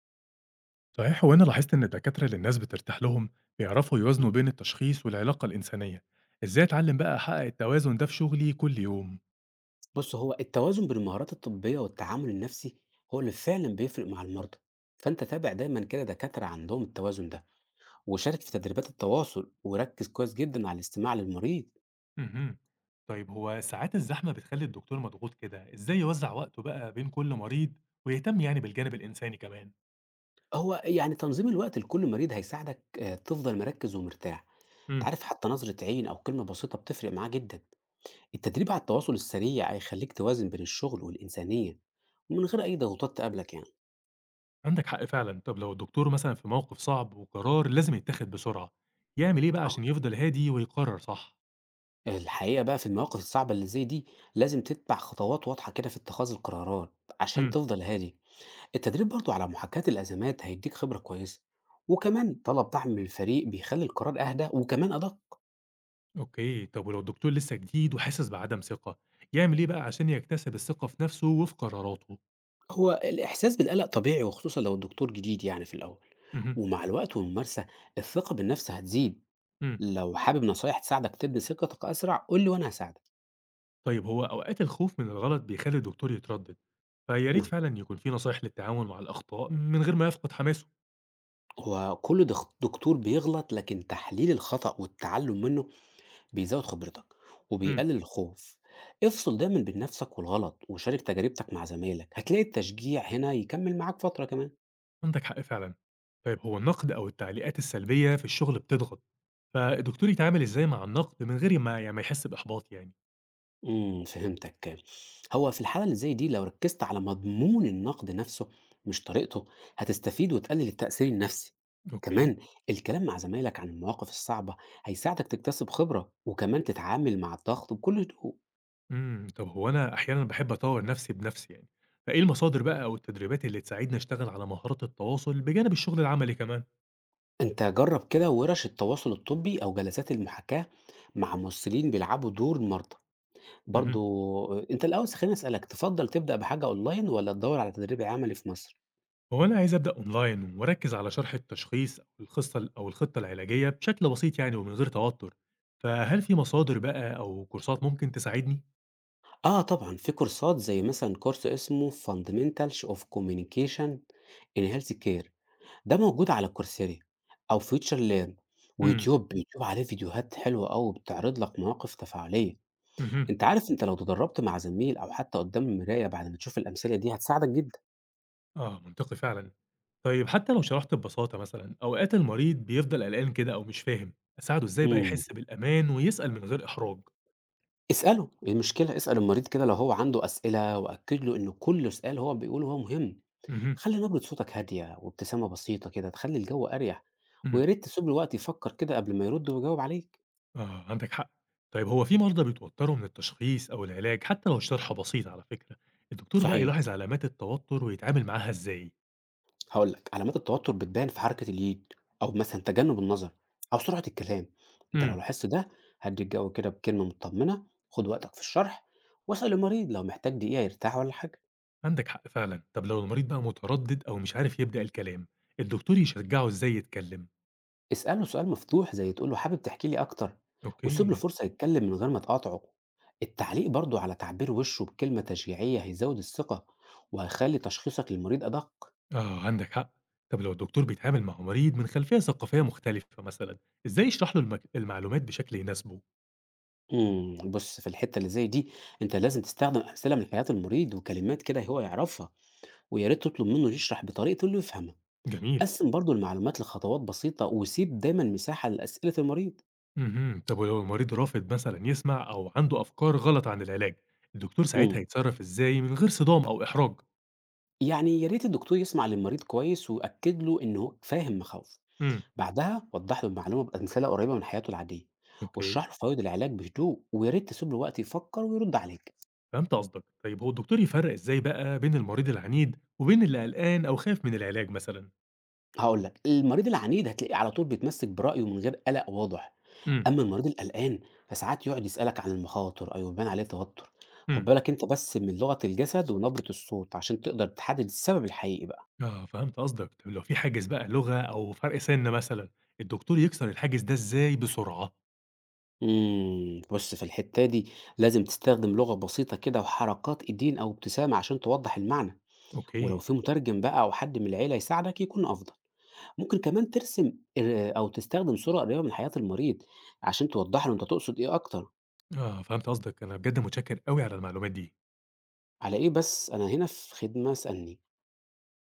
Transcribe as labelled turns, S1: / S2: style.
S1: صحيح هو أنا لاحظت إن الدكاترة اللي الناس بترتاح لهم بيعرفوا
S2: إمم.
S1: يوازنوا بين التشخيص والعلاقة الإنسانية، إزاي أتعلم بقى أحقق التوازن ده في شغلي كل يوم؟
S2: بُص، هو التوازن بين المهارات الطبية والتعامل النفسي هو اللي فعلًا بيفرق مع المرضى، فأنت تابع دايمًا كده دكاترة عندهم التوازن ده، وشارك في تدريبات التواصل، وركز كويس جدًا على الاستماع للمريض.
S1: اهم. طيب هو ساعات الزحمة بتخلي الدكتور مضغوط كده، إزاي يوزع وقته بقى بين كل مريض ويهتم يعني بالجانب الإنساني كمان؟
S2: هو يعني تنظيم الوقت لكل مريض هيساعدك تفضل مركّز ومرتاح، أنت
S1: امم.
S2: عارف حتى نظرة عين أو كلمة بسيطة بتفرق معاه جدًا. التدريب على التواصل السريع هيخليك توازن بين الشغل والإنسانية، ومن غير أي ضغوطات تقابلك يعني.
S1: عندك حق فعلا، طب لو الدكتور مثلا في موقف صعب وقرار لازم يتاخد بسرعة، يعمل إيه بقى عشان يفضل هادي ويقرر صح؟
S2: الحقيقة بقى في المواقف الصعبة اللي زي دي لازم تتبع خطوات واضحة كده في اتخاذ القرارات عشان تفضل هادي. التدريب برضو على محاكاة الأزمات هيديك خبرة كويسة، وكمان طلب دعم من الفريق بيخلي القرار أهدى وكمان أدق.
S1: أوكي، طب ولو الدكتور لسه جديد وحاسس بعدم ثقة، يعمل إيه بقى عشان يكتسب الثقة في نفسه وفي قراراته؟
S2: هو الإحساس بالقلق طبيعي، وخصوصا لو الدكتور جديد يعني في الأول،
S1: اهم.
S2: ومع الوقت والممارسة الثقة بالنفس هتزيد.
S1: إمم.
S2: لو حابب نصايح تساعدك تبني ثقتك أسرع قول لي وأنا هساعدك.
S1: طيب هو أوقات الخوف من الغلط بيخلّي الدكتور يتردد، فيا ريت
S2: نعم،
S1: فعلًا يكون في نصايح للتعامل مع الأخطاء من غير ما يفقد حماسه.
S2: هو كل دكتور بيغلط، لكن تحليل الخطأ والتعلم منه بيزود خبرتك
S1: إمم.
S2: وبيقلل الخوف. افصل دايما بين نفسك والغلط، وشارك تجربتك مع زمايلك، هتلاقي التشجيع هنا يكمل معاك فترة كمان.
S1: عندك حق فعلًا، طيب هو النقد أو التعليقات السلبية في الشغل بتضغط، فالدكتور يتعامل إزاي مع النقد من غير ما ما يحس بإحباط يعني؟
S2: فهمتك. هو في الحالة اللي زي دي لو ركزت على مضمون النقد نفسه مش طريقته هتستفيد وتقلل التأثير النفسي.
S1: أوكي.
S2: كمان، الكلام مع زمايلك عن المواقف الصعبة هيساعدك تكتسب خبرة، وكمان تتعامل مع الضغط بكل هدوء.
S1: إمم. طب هو أنا أحيانًا باحب أطوّر نفسي بنفسي يعني، فإيه المصادر بقى أو التدريبات اللي تساعدني أشتغل على مهارات التواصل بجانب الشغل العملي كمان؟
S2: انت جرب كده ورش التواصل الطبي او جلسات المحاكاة مع ممثلين بيلعبوا دور المرضى. برضه
S1: اهم.
S2: أنت الأول خلّيني أسألك، تفضّل تبدأ بحاجة أونلاين والّا تدوّر على تدريب عملي في مصر؟
S1: هو أنا عايز أبدأ أونلاين وأركّز على شرح التشخيص أو الخِصّة أو الخطة العلاجية بشكل بسيط يعني ومن غير توتر، فهل في مصادر بقى أو كورسات ممكن تساعدني؟
S2: آه طبعًا، في كورسات زي مثلًا كورس اسمه fundamentals of communication in health care. ده موجود على coursera أو future learn
S1: إمم.
S2: ويوتيوب، يوتيوب عليه فيديوهات حلوة أوي بتعرض لك مواقف تفاعلية.
S1: اهم.
S2: أنت عارف، أنت لو تدرّبت مع زميل أو حتى قدّام المراية بعد ما تشوف الأمثلة دي هتساعدك جدًا.
S1: آه منطقي فعلًا، طيب حتى لو شرحت ببساطة مثلًا، أوقات المريض بيفضل قلقان كده أو مش فاهم، أساعده إزاي بقى
S2: إمم،
S1: يحس بالأمان ويسأل من غير إحراج؟
S2: اسأله، إيه المشكلة؟ اسأل المريض كده لو هو عنده أسئلة، وأكّد له إن كل سؤال هو بيقوله هو مهم.
S1: اهم.
S2: خلّي نبرة صوتك هادية وابتسامة بسيطة كده تخلّي الجو أريح،
S1: إمم.
S2: ويا ريت تسيب له وقت يفكّر كده قبل ما يرُد ويجاوب عليك.
S1: آه، عندك حق. طيب هو في مرضى بيتوتروا من التشخيص أو العلاج حتى لو الشرح بسيط على فكرة، الدكتور بقى
S2: صحيح،
S1: يلاحظ علامات التوتر ويتعامل معاها إزاي؟
S2: هاقول لك، علامات التوتر بتبان في حركة اليد، أو مثلًا تجنُّب النظر، أو سرعة الكلام. أنت لو
S1: امم.
S2: لاحظت ده، هدّي الجو كده بكلمة مطمنة، خُد وقتك في الشرح، واسأل المريض لو محتاج دقيقة يرتاح والّا حاجة.
S1: عندك حق فعلا. طب لو المريض بقى متردد أو مش عارف يبدأ الكلام، الدكتور يشجعه إزاي يتكلم؟
S2: اسأله سؤال مفتوح زي تقول له حابب تحكي لي أكتر، وسيب له
S1: أوكي.
S2: فرصة يتكلم من غير ما تقاطعه. التعليق برضه على تعبير وشه بكلمة تشجيعية هيزود الثقة وهيخلي تشخيصك للمريض أدق.
S1: آه، عندك حق. طب لو الدكتور بيتعامل مع مريض من خلفية ثقافية مختلفة مثلا، إزاي يشرح له المعلومات بشكل يناسبه؟
S2: بص، في الحتة اللي زي دي أنت لازم تستخدم أمثلة من حياة المريض وكلمات كده هو يعرفها، ويا ريت تطلب منه يشرح بطريقته اللي يفهمها.
S1: جميل.
S2: قسم برضه المعلومات لخطوات بسيطة، وسيب دايما مساحة لأسئلة المريض.
S1: اهم. طب ولو المريض رافض مثلًا يسمع أو عنده أفكار غلط عن العلاج، الدكتور
S2: امم
S1: ساعتها يتصرف إزاي من غير صدام أو إحراج؟
S2: يعني يا ريت الدكتور يسمع للمريض كويس ويأكد له إنه فاهم مخاوفه.
S1: امم.
S2: بعدها وضح له المعلومة بأمثلة قريبة من حياته العادية،
S1: أوكي،
S2: واشرح له فوائد العلاج بهدوء، ويا ريت تسيب له وقت يفكر ويرد عليك.
S1: فهمت قصدك. طيب هو الدكتور يفرق إزاي بقى بين المريض العنيد وبين اللي قلقان أو خايف من العلاج مثلًا؟
S2: هقول لك، المريض العنيد هتلاقيه على طول بيتمسك برأيه من غير قلق واضح.
S1: امم.
S2: اما المريض القلقان فساعات يقعد يسألك عن المخاطر او يبان عليه توتر. خد
S1: امم.
S2: بالك انت بس من لغة الجسد ونبرة الصوت عشان تقدر تحدد السبب الحقيقي بقى.
S1: آه، فهمت قصدك. طب لو في حاجز بقى لغة أو فرق سِن مثلًا، الدكتور يكسر الحاجز ده إزاي بسرعة؟
S2: بص، في الحتة دي لازم تستخدم لغة بسيطة كده وحركات ايدين او ابتسامة عشان توضح المعنى. ولو
S1: أوكي.
S2: في مترجم بقى او حد من العيلة يساعدك يكون افضل. ممكن كمان ترسم أو تستخدم صورة قريبة من حياة المريض، عشان توضح له أنت تقصد إيه أكتر.
S1: آه، فهمت قصدك. أنا بجد متشكر أوي على المعلومات دي.
S2: على إيه بس، أنا هنا في خدمة، اسألني.